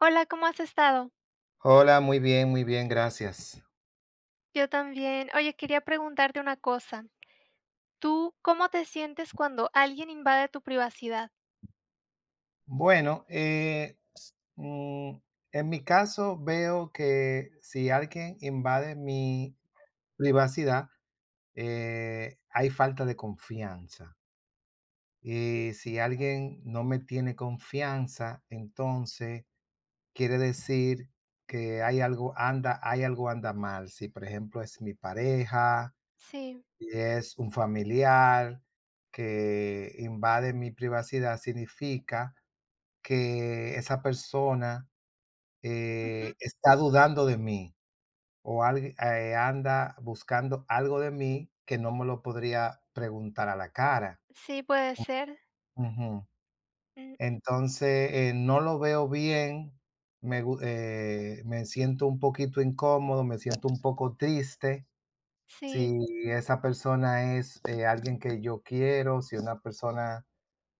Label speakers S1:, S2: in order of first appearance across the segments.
S1: Hola, ¿cómo has estado?
S2: Hola, muy bien, gracias.
S1: Yo también. Oye, quería preguntarte una cosa. ¿Tú cómo te sientes cuando alguien invade tu privacidad?
S2: Bueno, mm, en mi caso veo que si alguien invade mi privacidad, hay falta de confianza. Y si alguien no me tiene confianza, entonces quiere decir que hay algo anda mal. Si por ejemplo es mi pareja,
S1: Sí,
S2: si es un familiar que invade mi privacidad, significa que esa persona,
S1: ujú,
S2: está dudando de mí o alg anda buscando algo de mí que no me lo podría preguntar a la cara.
S1: sí, puede ser.
S2: Ujú.
S1: mm,
S2: Entonces, no lo veo bien, me siento un poquito incómodo, me siento un poco triste. Si
S1: Sí,
S2: esa persona es, alguien que yo quiero, si una persona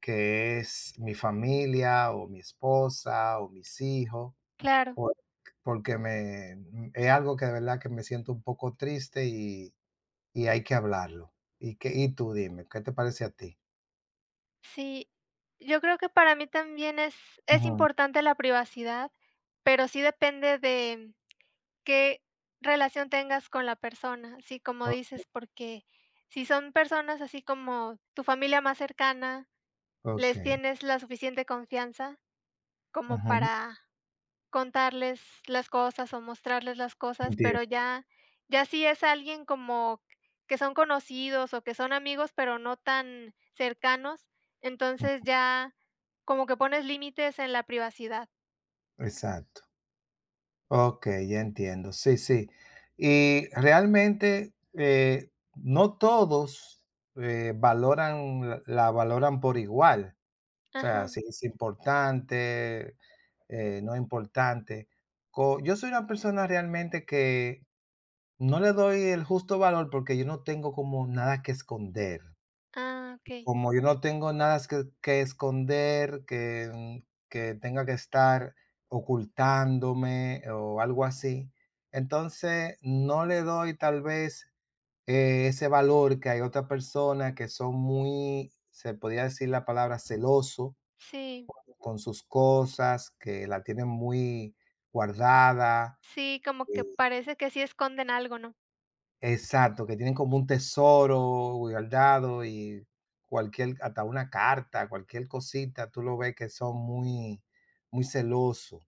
S2: que es mi familia o mi esposa o mis hijos.
S1: claro,
S2: Por porque es algo que de verdad que me siento un poco triste y hay que hablarlo. ¿Y tú dime, qué te parece a ti?
S1: sí. Yo creo que para mí también es
S2: Ujú.
S1: importante la privacidad, pero sí depende de qué relación tengas con la persona, así como
S2: O
S1: dices, porque si son personas así como tu familia más cercana, les
S2: okey.
S1: tienes la suficiente confianza, como
S2: Ujú.
S1: para contarles las cosas o mostrarles las cosas, pero
S2: Entiendo.
S1: ya si es alguien como que son conocidos o que son amigos, pero no tan cercanos, entonces
S2: Mm.
S1: ya como que pones límites en la privacidad.
S2: Exacto. Okey, ya entiendo. Sí, sí. Y realmente, no todos, valoran la valoran por igual. O sea,
S1: Ajá.
S2: si es importante, no importante. Co Yo soy una persona realmente que no le doy el justo valor porque yo no tengo como nada que esconder.
S1: Ah, okey.
S2: Como yo no tengo nada es que esconder, que, que tenga que estar ocultándome o algo así. Entonces, no le doy tal vez, ese valor que hay otras personas que son muy, se podría decir la palabra celoso
S1: Sí,
S2: con sus cosas, que la tienen muy guardada.
S1: sí, como que
S2: eh,
S1: parece que sí esconden algo, ¿no?
S2: Exacto, que tienen como un tesoro guardado y cualquier hasta una carta, cualquier cosita, tú lo ves que son muy muy celosos.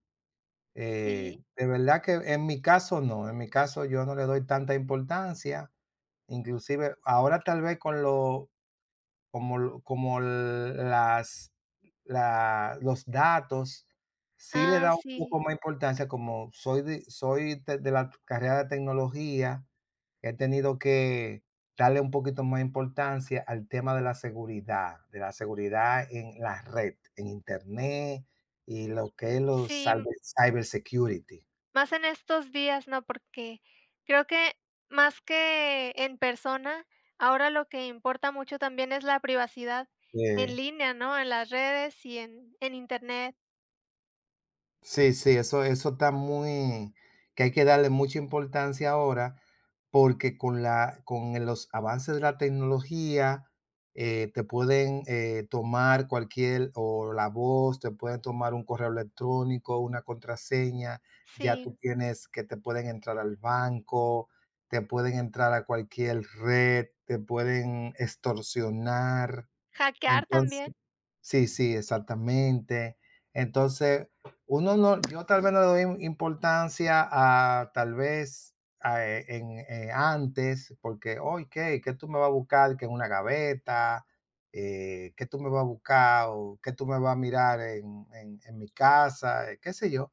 S1: Sí.
S2: De verdad que en mi caso no, en mi caso yo no le doy tanta importancia, inclusive ahora tal vez con los como, como las, la- los datos, sí le
S1: Ah,
S2: da un poco
S1: sí.
S2: más importancia, como soy de la carrera de tecnología, he tenido que darle un poquito más importancia al tema de la seguridad en la red, en Internet y lo que es los
S1: Sí.
S2: cyber security.
S1: Más en estos días, ¿no? Porque creo que más que en persona, ahora lo que importa mucho también es la privacidad en línea, ¿no? En las redes y en Internet.
S2: Sí, sí, eso está muy que hay que darle mucha importancia ahora, porque con la con el- los avances de la tecnología, te pueden, tomar cualquier o la voz, te pueden tomar un correo electrónico, una contraseña, ya tú
S1: Sí,
S2: tienes que te pueden entrar al banco, te pueden entrar a cualquier red, te pueden extorsionar.
S1: hackear también.
S2: Entonces Sí, sí, exactamente. Entonces, uno no yo tal vez no le doy im importancia a tal vez, antes, porque: "Okey, ¿Qué tú me vas a buscar que en una gaveta? ¿Qué tú me vas a buscar o qué tú me vas a mirar en mi casa?", qué sé yo.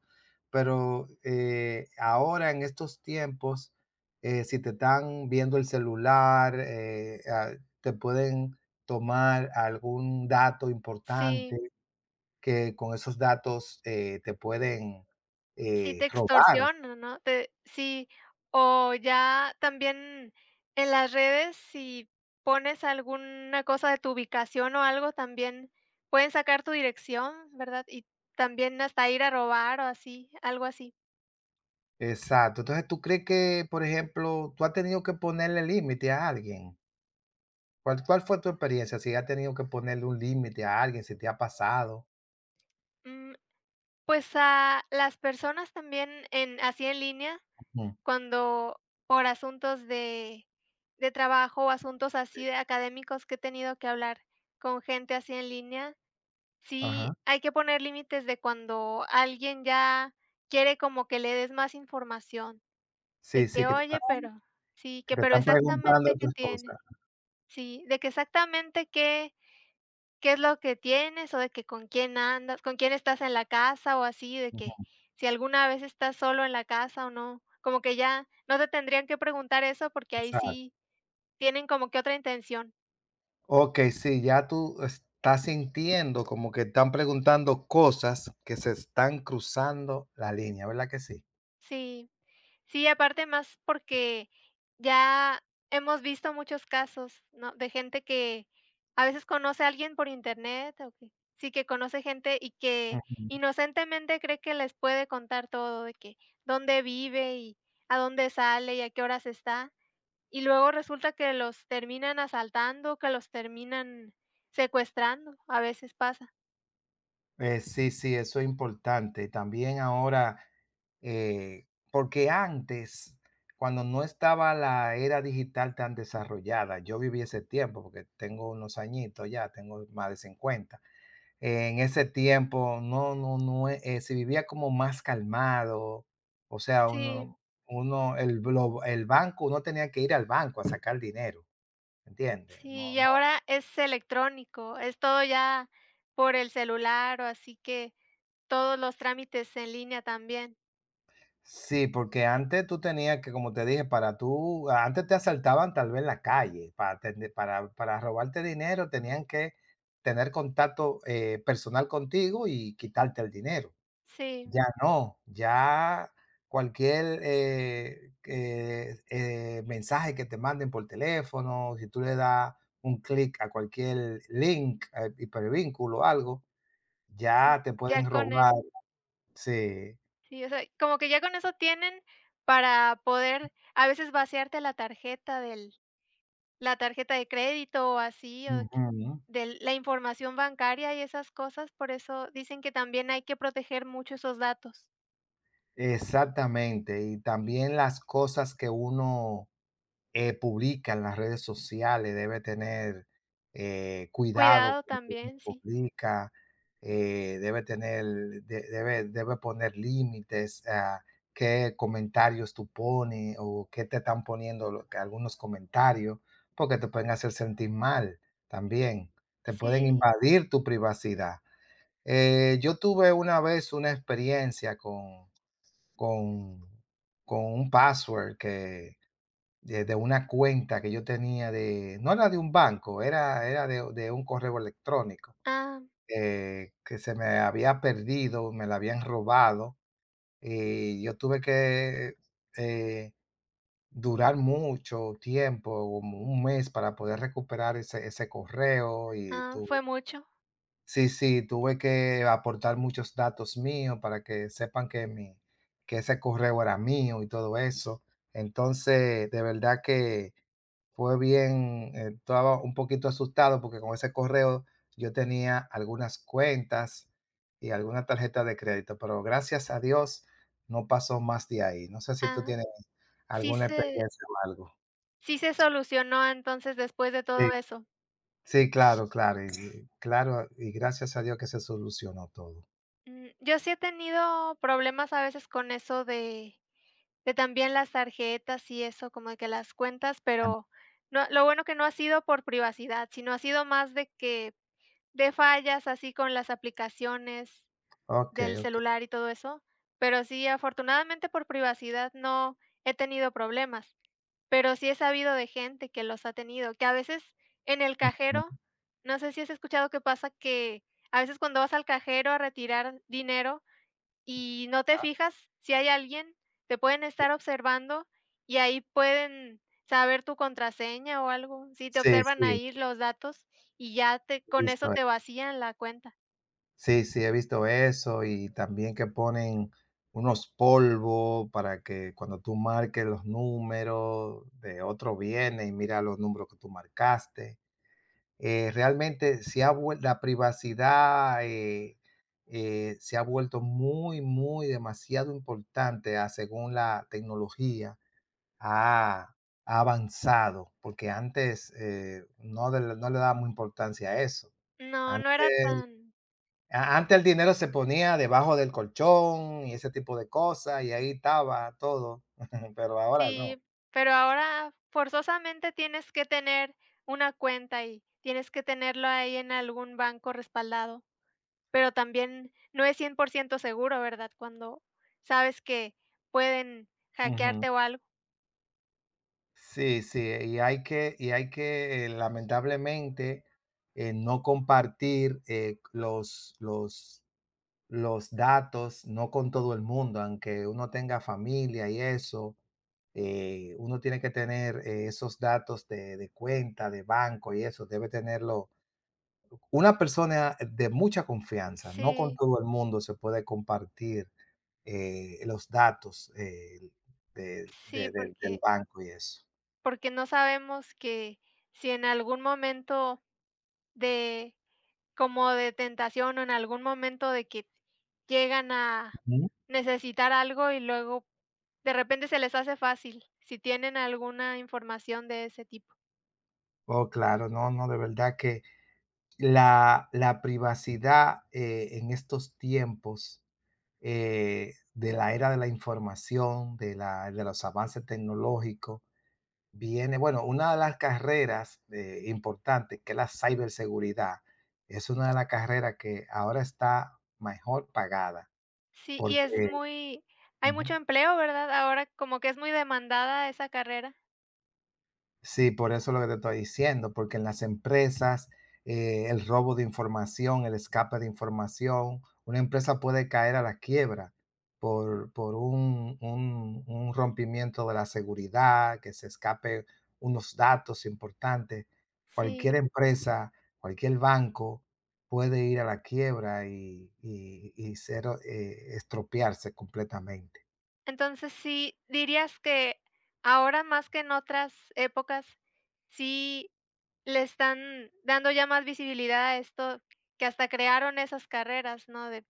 S2: Pero, ahora en estos tiempos, si te están viendo el celular, te pueden tomar algún dato importante
S1: Sí,
S2: que con esos datos, te pueden,
S1: sí te
S2: robar.
S1: extorsionan, ¿no? Te sí, o ya también en las redes, si pones alguna cosa de tu ubicación o algo, también pueden sacar tu dirección, ¿verdad? Y también hasta ir a robar o así, algo así.
S2: Exacto. Entonces, ¿tú crees que, por ejemplo, tú has tenido que ponerle límite a alguien? ¿Cuál fue tu experiencia? Si has tenido que ponerle un límite a alguien, si te ha pasado.
S1: Mm, pues, a las personas también en así en línea,
S2: Ujú.
S1: cuando por asuntos de trabajo o asuntos así de académicos que he tenido que hablar con gente así en línea, sí
S2: Ajá.
S1: hay que poner límites de cuando alguien ya quiere como que le des más información, de
S2: Sí, sí,
S1: que:
S2: que te están
S1: "Oye, pero" sí,
S2: que
S1: que:
S2: te
S1: "Pero
S2: están preguntando
S1: exactamente, ¿qué
S2: otras
S1: tiene?".
S2: cosas.
S1: Sí, de que: "Exactamente, ¿qué ¿Qué es lo que tienes? O de que con quién andas, con quién estás en la casa o así, de que
S2: Ujú,
S1: si alguna vez estás solo en la casa o no, como que ya no te tendrían que preguntar eso porque ahí
S2: exacto.
S1: sí tienen como que otra intención".
S2: Okey, sí, ya tú estás sintiendo como que están preguntando cosas que se están cruzando la línea, ¿verdad que sí?
S1: Sí. Sí, aparte más porque ya hemos visto muchos casos, ¿no? De gente que a veces conoce a alguien por internet o que sí, que conoce gente y que
S2: Ujú.
S1: inocentemente cree que les puede contar todo, de que dónde vive y a dónde sale y a qué horas está. Y luego resulta que los terminan asaltando, que los terminan secuestrando, a veces pasa.
S2: Sí, sí, eso es importante. También ahora, porque antes, cuando no estaba la era digital tan desarrollada, yo viví ese tiempo, porque tengo unos añitos ya, tengo más de 50. En ese tiempo, no, no, no, se vivía como más calmado, o sea,
S1: Sí,
S2: el banco, uno tenía que ir al banco a sacar dinero, ¿entiendes?
S1: sí,
S2: No,
S1: y ahora es electrónico, es todo ya por el celular o así que todos los trámites en línea también.
S2: sí, porque antes tú tenías que, como te dije, para tú antes te asaltaban tal vez en la calle, para tende para robarte dinero tenían que tener contacto, personal contigo y quitarte el dinero.
S1: Sí,
S2: Ya no, ya cualquier, que, mensaje que te manden por teléfono, si tú le das un clic a cualquier link, hipervínculo o algo, ya te
S1: ya
S2: pueden
S1: con
S2: robar.
S1: eso,
S2: Sí.
S1: sí, o sea, como que ya con eso tienen para poder a veces vaciarte la tarjeta del la tarjeta de crédito o así, o que
S2: Ujú.
S1: del la información bancaria y esas cosas, por eso dicen que también hay que proteger mucho esos datos.
S2: Exactamente, y también las cosas que uno, publica en las redes sociales debe tener, cuidado
S1: Cuidado
S2: con lo que uno
S1: también, sí.
S2: publica, debe tener de debe debe poner límites a qué comentarios tú pones o qué te están poniendo lo algunos comentarios, porque te pueden hacer sentir mal también, te pueden
S1: Sí.
S2: invadir tu privacidad. Yo tuve una vez una experiencia con con un password que de una cuenta que yo tenía de no era de un banco, era de un correo electrónico,
S1: Ah,
S2: que se me había perdido, me la habían robado, y yo tuve que, eh, durar mucho tiempo, como un mes para poder recuperar ese ese correo y
S1: ah,
S2: tu
S1: fue mucho.
S2: Sí, sí, tuve que aportar muchos datos míos para que sepan que ese correo era mío y todo eso. Entonces, de verdad que fue bien, estaba un poquito asustado porque con ese correo yo tenía algunas cuentas y alguna tarjeta de crédito, pero gracias a Dios no pasó más de ahí. No sé si tú
S1: Ah,
S2: tienes
S1: sí
S2: alguna
S1: se
S2: experiencia o algo.
S1: sí se solucionó entonces después de todo
S2: Sí,
S1: eso.
S2: sí, claro, claro, y claro, y gracias a Dios que se solucionó todo.
S1: Mm, yo sí he tenido problemas a veces con eso de también las tarjetas y eso, como de que las cuentas, pero no, lo bueno que no ha sido por privacidad, sino ha sido más de que de fallas así con las aplicaciones del
S2: Okey, okey.
S1: celular y todo eso, pero sí, afortunadamente por privacidad no he tenido problemas, pero sí he sabido de gente que los ha tenido, que a veces en el cajero,
S2: Ujú.
S1: no sé si has escuchado que pasa que a veces cuando vas al cajero a retirar dinero, y no te fijas si hay alguien, te pueden estar observando y ahí pueden saber tu contraseña o algo. Si te
S2: Sí,
S1: observan
S2: sí,
S1: ahí los datos y ya te
S2: he
S1: con eso
S2: visto,
S1: te vacían la cuenta.
S2: sí, sí, he visto eso, y también que ponen unos polvos para que cuando tú marques los números de otro viene y mira los números que tú marcaste. Realmente se ha vuel la privacidad, se ha vuelto muy, muy demasiado importante a según la tecnología. Ah, Ha avanzado, porque antes, no le dábamos importancia a eso.
S1: No, no era
S2: Antes
S1: tan
S2: antes el dinero se ponía debajo del colchón y ese tipo de cosas, y ahí estaba todo, pero ahora no.
S1: sí, pero ahora forzosamente tienes que tener una cuenta y tienes que tenerlo ahí en algún banco respaldado, pero también no es 100% seguro, ¿verdad? Cuando sabes que pueden
S2: Ujú.
S1: hackearte o algo.
S2: Sí, sí, lamentablemente, no compartir, los datos, no con todo el mundo, aunque uno tenga familia y eso, uno tiene que tener, esos datos de cuenta, de banco y eso, debe tenerlo una persona de mucha confianza, no con
S1: Sí.
S2: todo el mundo se puede compartir, los datos, del
S1: Sí,
S2: de del del
S1: porque
S2: banco y eso.
S1: no sabemos que si en algún momento de como de tentación o en algún momento de que llegan a
S2: Ujú.
S1: necesitar algo y luego de repente se les hace fácil, si tienen alguna información de ese tipo.
S2: Oh, claro, no, no, de verdad que la privacidad, en estos tiempos de la era de la información, de los avances tecnológicos. Viene, bueno, una de las carreras importantes, que es la ciberseguridad, es una de las carreras que ahora está mejor pagada,
S1: Sí, y
S2: porque.
S1: es muy hay
S2: Ujú.
S1: mucho empleo, ¿verdad? Ahora como que es muy demandada esa carrera.
S2: Sí, por eso lo que te estoy diciendo, porque en las empresas, el robo de información, el escape de información, una empresa puede caer a la quiebra por un rompimiento de la seguridad, que se escape unos datos importantes. Cualquier
S1: Sí.
S2: empresa, cualquier banco puede ir a la quiebra y ser, estropearse completamente.
S1: Entonces, sí, dirías que ahora más que en otras épocas, sí le están dando ya más visibilidad a esto, que hasta crearon esas carreras, ¿no? De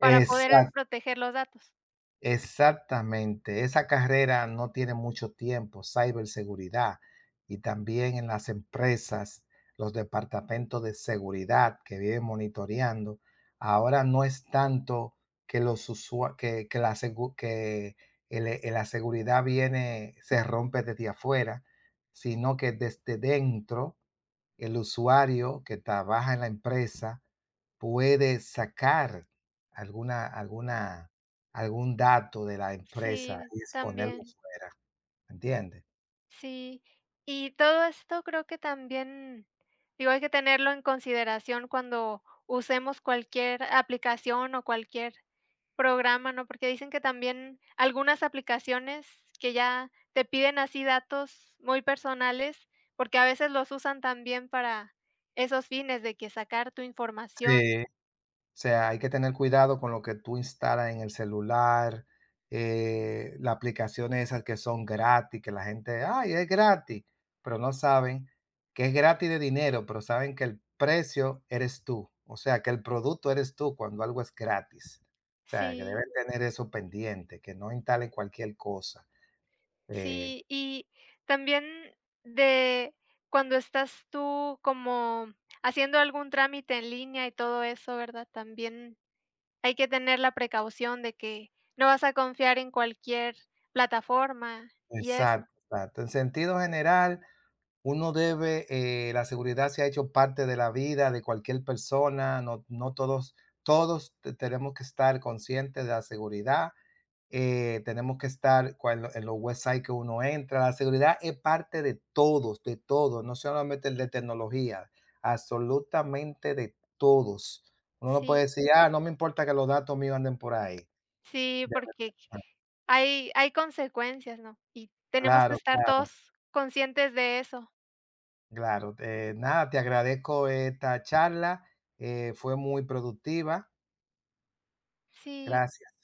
S1: para poder proteger los datos.
S2: Exactamente, esa carrera no tiene mucho tiempo, ciberseguridad. Y también en las empresas, los departamentos de seguridad que viven monitoreando, ahora no es tanto que los usua- que la, segu- la seguridad viene, se rompe desde afuera, sino que desde dentro el usuario que trabaja en la empresa puede sacar alguna alguna algún dato de la empresa
S1: Sí,
S2: y exponerlo
S1: también,
S2: fuera, ¿entiendes?
S1: sí. Y todo esto creo que también, digo, hay que tenerlo en consideración cuando usemos cualquier aplicación o cualquier programa, ¿no? Porque dicen que también algunas aplicaciones que ya te piden así datos muy personales, porque a veces los usan también para esos fines de que sacar tu información.
S2: Sí. Sea, hay que tener cuidado con lo que tú instalas en el celular, las aplicaciones esas que son gratis, que la gente, ay, es gratis, pero no saben que es gratis de dinero, pero saben que el precio eres tú, o sea, que el producto eres tú cuando algo es gratis. O sea, que deben
S1: Sí,
S2: tener eso pendiente, que no instalen cualquier cosa. Eh,
S1: sí, y también de cuando estás tú como haciendo algún trámite en línea y todo eso, ¿verdad? También hay que tener la precaución de que no vas a confiar en cualquier plataforma y eso.
S2: exacto, exacto. En sentido general, la seguridad se ha hecho parte de la vida de cualquier persona, no, todos te tenemos que estar conscientes de la seguridad, tenemos que estar cuando en los websites que uno entra, la seguridad es parte de todos, no solamente el de tecnología, absolutamente de todos. Uno no puede
S1: Sí.
S2: decir: "Ah, no me importa que los datos míos anden por ahí".
S1: Sí,
S2: De
S1: porque
S2: verdad,
S1: hay consecuencias, ¿no? Y tenemos que
S2: claro,
S1: estar
S2: claro.
S1: todos conscientes de eso.
S2: Claro, nada, te agradezco esta charla, fue muy productiva.
S1: Sí,
S2: Gracias.